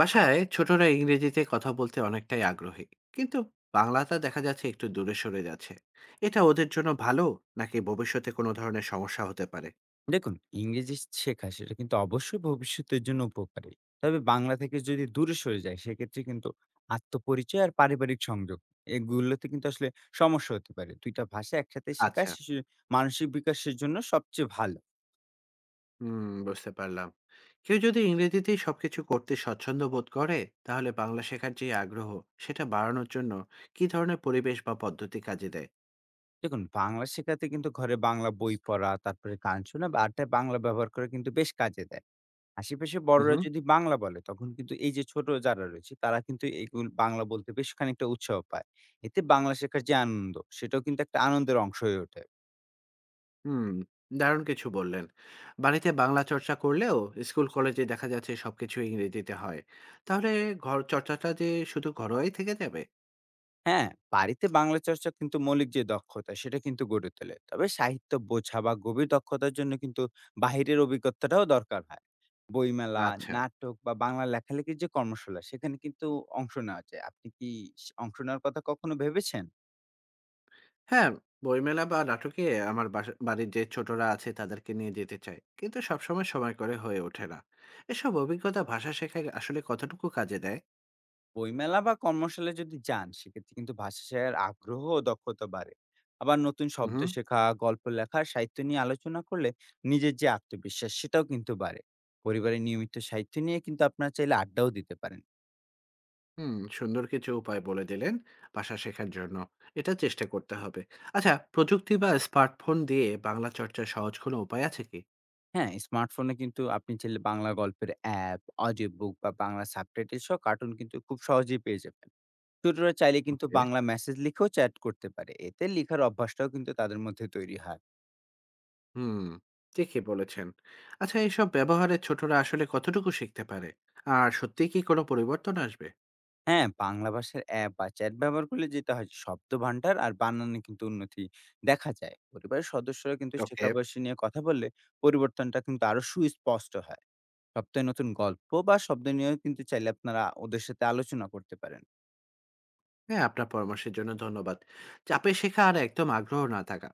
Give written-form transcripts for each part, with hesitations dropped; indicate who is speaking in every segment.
Speaker 1: বাসায় ছোটরা ইংরেজিতে কথা বলতে অনেকটাই আগ্রহী, কিন্তু বাংলাটা দেখা যাচ্ছে একটু দূরে সরে যাচ্ছে। এটা ওদের জন্য ভালো, নাকি ভবিষ্যতে কোনো ধরনের সমস্যা হতে পারে?
Speaker 2: দেখুন, ইংরেজি শেখা সেটা কিন্তু অবশ্যই ভবিষ্যতের জন্য উপকারী। তবে বাংলা থেকে যদি দূরে সরে যায় সেক্ষেত্রে কিন্তু আত্মপরিচয় আর পারিবারিক সংযোগ এগুলোতে কিন্তু আসলে সমস্যা হতে পারে। ২ টা ভাষা একসাথে শেখা
Speaker 1: আচ্ছা।
Speaker 2: শিশুর মানসিক বিকাশের জন্য সবচেয়ে ভালো।
Speaker 1: হুম, বুঝতে পারলাম। কেউ যদি ইংরেজিতেই সবকিছু করতে স্বচ্ছন্দ বোধ করে, তাহলে বাংলা শেখার যে আগ্রহ, সেটা বাড়ানোর জন্য কি ধরনের পরিবেশ বা পদ্ধতি কাজে দেয়?
Speaker 2: দেখুন, বাংলা শেখাতে কিন্তু ঘরে বাংলা বই পড়া, তারপরে গান শোনা বা আড্ডায় বাংলা ব্যবহার করা কিন্তু বেশ কাজে দেয়। আশেপাশে
Speaker 1: হুম।
Speaker 2: বড়রা যদি বাংলা বলে, তখন কিন্তু এই যে ছোট যারা রয়েছে, তারা কিন্তু এগুল বাংলা বলতে বেশ খানিকটা উৎসাহ পায়। এতে বাংলা শেখার যে আনন্দ, সেটাও কিন্তু একটা আনন্দের অংশ হয়ে ওঠে।
Speaker 1: হুম, দারুণ কিছু বললেন। বাড়িতে বাংলা চর্চা করলেও স্কুল কলেজে দেখা যাচ্ছে সবকিছু ইংরেজিতে হয়। তাহলে ঘর চর্চাটা যে শুধু ঘরোয়াই থেকে যাবে?
Speaker 2: হ্যাঁ, বাড়িতে বাংলা চর্চা কিন্তু মৌলিক যে দক্ষতা, সেটা কিন্তু গড়ে তোলে। তবে সাহিত্য বোঝা বা গভীর দক্ষতার জন্য কিন্তু বাহিরের অভিজ্ঞতাটাও দরকার হয়। বইমেলা,
Speaker 1: আচ্ছা।
Speaker 2: নাটক বা বাংলা লেখালেখির যে কর্মশালা, সেখানে কিন্তু অংশ নেওয়া যায়। আপনি কি অংশ নেওয়ার কথা কখনো ভেবেছেন?
Speaker 1: হ্যাঁ, বইমেলা বা নাটকে আমার বাসা বাড়ির যে ছোটরা আছে তাদেরকে নিয়ে যেতে চাই। কিন্তু সবসময় সময় করে হয়ে ওঠে না। এসব অভিজ্ঞতা ভাষা শেখায় আসলে কতটুকু কাজে দেয়?
Speaker 2: বইমেলা বা কর্মশালায় যদি যান সেক্ষেত্রে কিন্তু ভাষা শেখার আগ্রহ ও দক্ষতা বাড়ে, আবার নতুন শব্দ
Speaker 1: উহু।
Speaker 2: শেখা, গল্প লেখা, সাহিত্য নিয়ে আলোচনা করলে নিজের যে আত্মবিশ্বাস সেটাও কিন্তু বাড়ে। পরিবারে নিয়মিত সাহিত্য নিয়ে কিন্তু আপনারা চাইলে আড্ডাও দিতে পারেন।
Speaker 1: হুম, সুন্দর কিছু উপায় বলে দিলেন ভাষা শেখার জন্য। এটা চেষ্টা করতে হবে। আচ্ছা, প্রযুক্তি বা স্মার্টফোন দিয়ে বাংলা চর্চার সহজ কোনো উপায় আছে কি?
Speaker 2: হ্যাঁ, স্মার্টফোনে কিন্তু আপনি চাইলে বাংলা গল্পের অ্যাপ, অডিও বুক বা বাংলা সাবটাইটেল সহ কার্টুন কিন্তু খুব সহজেই পেয়ে যাবেন। ছোটরা চাইলে কিন্তু
Speaker 1: ওকে।
Speaker 2: বাংলা মেসেজ লিখেও চ্যাট করতে পারে, এতে লেখার অভ্যাসটাও কিন্তু তাদের মধ্যে তৈরি হয়।
Speaker 1: হুম, ঠিকই বলেছেন। আচ্ছা, এসব ব্যবহারে ছোটরা আসলে কতটুকু শিখতে পারে? আর সত্যিই কি কোনো পরিবর্তন আসবে?
Speaker 2: হ্যাঁ, বাংলা ভাষার অ্যাপ বা চ্যাট ব্যবহার করলে যেটা হয় যে শব্দ ভান্ডার আর বানানে কিন্তু উন্নতি দেখা যায়। পরিবারের সদস্যরা কিন্তু শেখা
Speaker 1: ওকে।
Speaker 2: বয়সী নিয়ে কথা বললে পরিবর্তনটা কিন্তু আরো সুস্পষ্ট হয়। সপ্তাহে নতুন গল্প বা শব্দ নিয়েও কিন্তু চাইলে আপনারা ওদের সাথে আলোচনা করতে পারেন।
Speaker 1: হ্যাঁ, আপনার পরামর্শের জন্য ধন্যবাদ। চাপে শেখা আর একদম আগ্রহ না থাকা,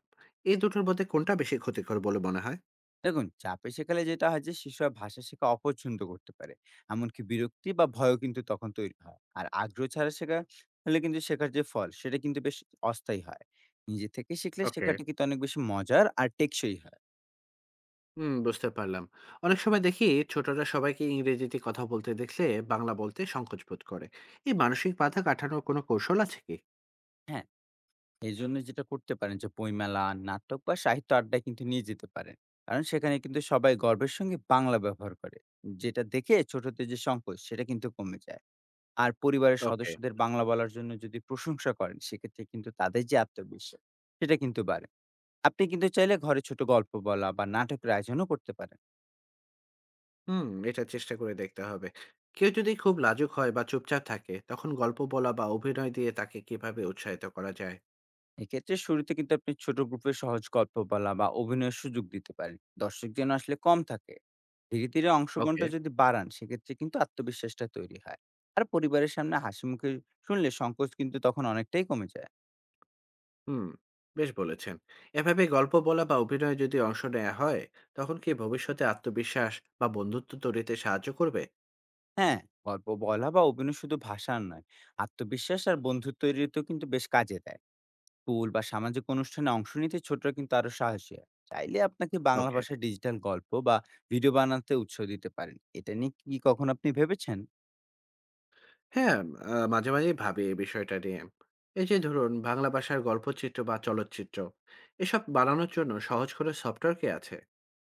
Speaker 1: এই দুটোর মধ্যে কোনটা বেশি ক্ষতিকর বলে মনে হয়?
Speaker 2: দেখুন, চাপে শেখালে যেটা হয় যে শিশুরা ভাষা শেখা অপছন্দ করতে পারে। এমনকি বিরক্তি বা ভয়ও কিন্তু তখন তৈরি হয়। আর আগ্রহ ছাড়া শেখা হলে কিন্তু শেখার যে ফল সেটা কিন্তু বেশ অস্থায়ী হয়। নিজে থেকে শিখলে
Speaker 1: ওকে।
Speaker 2: শেখাটা কিন্তু অনেক বেশি মজার আর টেকসই হয়।
Speaker 1: হুম, বুঝতে পারলাম। অনেক সময় দেখি ছোটরা সবাইকে ইংরেজিতে কথা বলতে দেখলে বাংলা বলতে সংকোচ বোধ করে। এই মানসিক বাধা কাটানোর কোনো কৌশল আছে কি?
Speaker 2: হ্যাঁ। এজন্য যেটা করতে পারেন যে বইমেলা, নাটক বা সাহিত্য আড্ডায় কিন্তু নিয়ে যেতে পারেন। কারণ সেখানে কিন্তু সবাই গর্বের সঙ্গে বাংলা ব্যবহার করে। যেটা দেখে ছোটদের যে সংকোচ সেটা কিন্তু কমে যায়। আর পরিবারের
Speaker 1: ওকে।
Speaker 2: সদস্যদের বাংলা বলার জন্য যদি প্রশংসা করেন সেক্ষেত্রে কিন্তু তাদের যে আত্মবিশ্বাস সেটা কিন্তু বাড়ে। আপনি কিন্তু চাইলে ঘরে ছোট গল্প বলা বা নাটকের আয়োজনও করতে পারেন।
Speaker 1: হুম, এটা চেষ্টা করে দেখতে হবে। কেউ যদি খুব লাজুক হয় বা চুপচাপ থাকে, তখন গল্প বলা বা অভিনয় দিয়ে তাকে কিভাবে উৎসাহিত করা যায়?
Speaker 2: এক্ষেত্রে শুরুতে কিন্তু আপনি ছোট গ্রুপে সহজ গল্প বলা বা অভিনয়ের সুযোগ দিতে পারেন, দর্শক যেন আসলে কম থাকে। ধীরে ধীরে
Speaker 1: ওকে।
Speaker 2: অংশগ্রহণটা যদি বাড়ান সেক্ষেত্রে কিন্তু আত্মবিশ্বাসটা তৈরি হয়। আর পরিবারের সামনে হাসি মুখে শুনলে সংকোচ কিন্তু তখন অনেকটাই কমে যায়।
Speaker 1: হুম, বেশ বলেছেন। এভাবে গল্প বলা বা অভিনয়ে যদি অংশ নেয়া হয়, তখন কি ভবিষ্যতে আত্মবিশ্বাস বা বন্ধুত্ব তৈরিতে সাহায্য করবে?
Speaker 2: হ্যাঁ, গল্প বলা বা অভিনয় শুধু ভাষার নয়, আত্মবিশ্বাস আর বন্ধুত্ব তৈরিতেও কিন্তু বেশ কাজে দেয়। স্কুল বা সামাজিক অনুষ্ঠানে অংশ নিতে ছোটরা কিন্তু আরো সাহসী হয়। চাইলে আপনাকে বাংলা
Speaker 1: ওকে।
Speaker 2: ভাষায় ডিজিটাল গল্প বা ভিডিও বানাতে উৎসাহ দিতে পারেন। এটা নিয়ে কি কখন আপনি ভেবেছেন?
Speaker 1: হ্যাঁ, মাঝে মাঝেই ভাবি এই বিষয়টা নিয়ে। এই যে ধরুন, বাংলা ভাষার গল্পচিত্র বা চলচ্চিত্র, এসব বানানোর জন্য সহজ কোনো সফটওয়্যার কি আছে?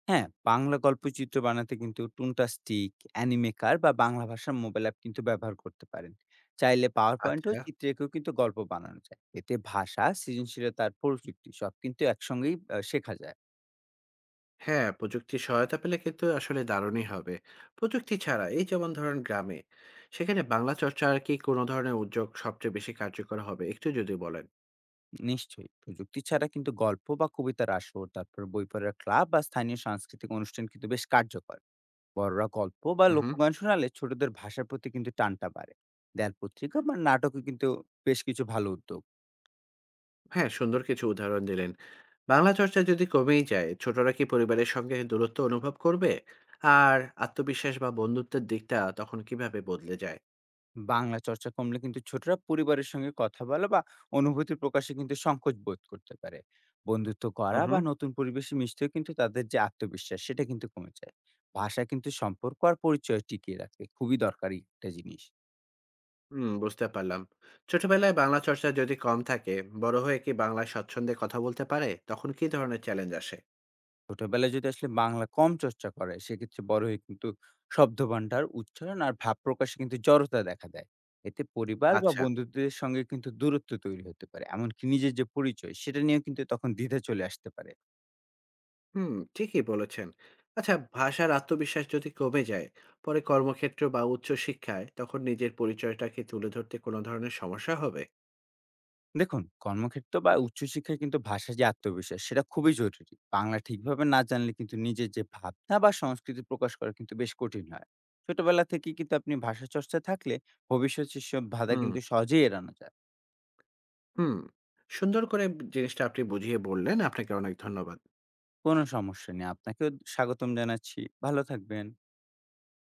Speaker 2: হ্যাঁ, বাংলা গল্পচিত্র বানাতে কিন্তু টুনটা স্টিক, অ্যানিমেকার বা বাংলা ভাষার মোবাইল অ্যাপ কিন্তু ব্যবহার করতে পারেন। চাইলে পাওয়ার পয়েন্ট ও
Speaker 1: আচ্ছা।
Speaker 2: চিত্রেকেও কিন্তু গল্প বানানো যায়। এতে ভাষা, সৃজনশীলতা আর প্রযুক্তি সব কিন্তু একসঙ্গেই শেখা যায়।
Speaker 1: হ্যাঁ, প্রযুক্তির সহায়তা পেলে কিন্তু আসলে দারুণই হবে। প্রযুক্তি ছাড়া, এই যেমন ধরেন গ্রামে, সেখানে বাংলা চর্চা আর কি কোনো ধরনের উদ্যোগ সবচেয়ে বেশি কার্যকর হবে একটু যদি বলেন।
Speaker 2: নিশ্চয়ই প্রযুক্তি ছাড়া কিন্তু গল্প বা কবিতার আসর, তারপর বই পড়ার ক্লাব বা স্থানীয় সাংস্কৃতিক অনুষ্ঠান কিন্তু বেশ কার্যকর। বড়রা গল্প বা
Speaker 1: হুম।
Speaker 2: লোকগান শোনালে ছোটদের ভাষার প্রতি কিন্তু টানটা বাড়ে। দেয়াল পত্রিকা বা নাটকও কিন্তু বেশ কিছু ভালো উদ্যোগ।
Speaker 1: হ্যাঁ, সুন্দর কিছু উদাহরণ দিলেন। বাংলা চর্চা যদি কমেই যায়, ছোটরা কি পরিবারের সঙ্গে দূরত্ব অনুভব করবে? আর আত্মবিশ্বাস বা বন্ধুত্বের দিকটা তখন কিভাবে বদলে যায়?
Speaker 2: বাংলা চর্চা কমলে কিন্তু ছোটরা পরিবারের সঙ্গে কথা বলা বা অনুভূতি প্রকাশে কিন্তু সংকোচ বোধ করতে পারে। বন্ধুত্ব করা
Speaker 1: হুম।
Speaker 2: বা নতুন পরিবেশে মিশতেও কিন্তু তাদের যে আত্মবিশ্বাস সেটা কিন্তু কমে যায়। ভাষা কিন্তু সম্পর্ক আর পরিচয় টিকিয়ে রাখতে খুবই দরকারি একটা জিনিস।
Speaker 1: হুম, বুঝতে পারলাম। ছোটবেলায় বাংলা চর্চা যদি কম থাকে, বড় হয়ে কি বাংলায় স্বচ্ছন্দে কথা বলতে পারে? তখন কি ধরনের চ্যালেঞ্জ আসে?
Speaker 2: ছোটবেলায় যদি আসলে বাংলা কম চর্চা করে সেক্ষেত্রে বড় হয়ে কিন্তু শব্দভাণ্ডার, উচ্চারণ আর ভাব প্রকাশে কিন্তু জড়তা দেখা দেয়। এতে পরিবার বা
Speaker 1: আচ্ছা।
Speaker 2: বন্ধুদের সঙ্গে কিন্তু দূরত্ব তৈরি হতে পারে, এমনকি নিজের যে পরিচয় সেটা নিয়েও কিন্তু তখন দ্বিধা চলে আসতে পারে।
Speaker 1: হুম, ঠিকই বলেছেন। আচ্ছা, ভাষার আত্মবিশ্বাস যদি কমে যায়, পরে কর্মক্ষেত্র বা উচ্চশিক্ষায় তখন নিজের পরিচয়টাকে তুলে ধরতে কোনো ধরনের সমস্যা হবে?
Speaker 2: দেখুন, কর্মক্ষেত্র বা উচ্চশিক্ষায় কিন্তু ভাষার যে আত্মবিশ্বাস সেটা খুবই জরুরি। বাংলা ঠিকভাবে না জানলে কিন্তু নিজের যে ভাবনা বা সংস্কৃতি প্রকাশ করা কিন্তু বেশ কঠিন হয়। ছোটবেলা থেকে কিন্তু আপনি ভাষা চর্চা থাকলে ভবিষ্যতে সব বাধা
Speaker 1: হুম।
Speaker 2: কিন্তু সহজেই এড়ানো যায়।
Speaker 1: হুম, সুন্দর করে জিনিসটা আপনি বুঝিয়ে বললেন। আপনাকে অনেক ধন্যবাদ।
Speaker 2: কোনো সমস্যা নেই। আপনাকেও স্বাগতম জানাচ্ছি। ভালো থাকবেন।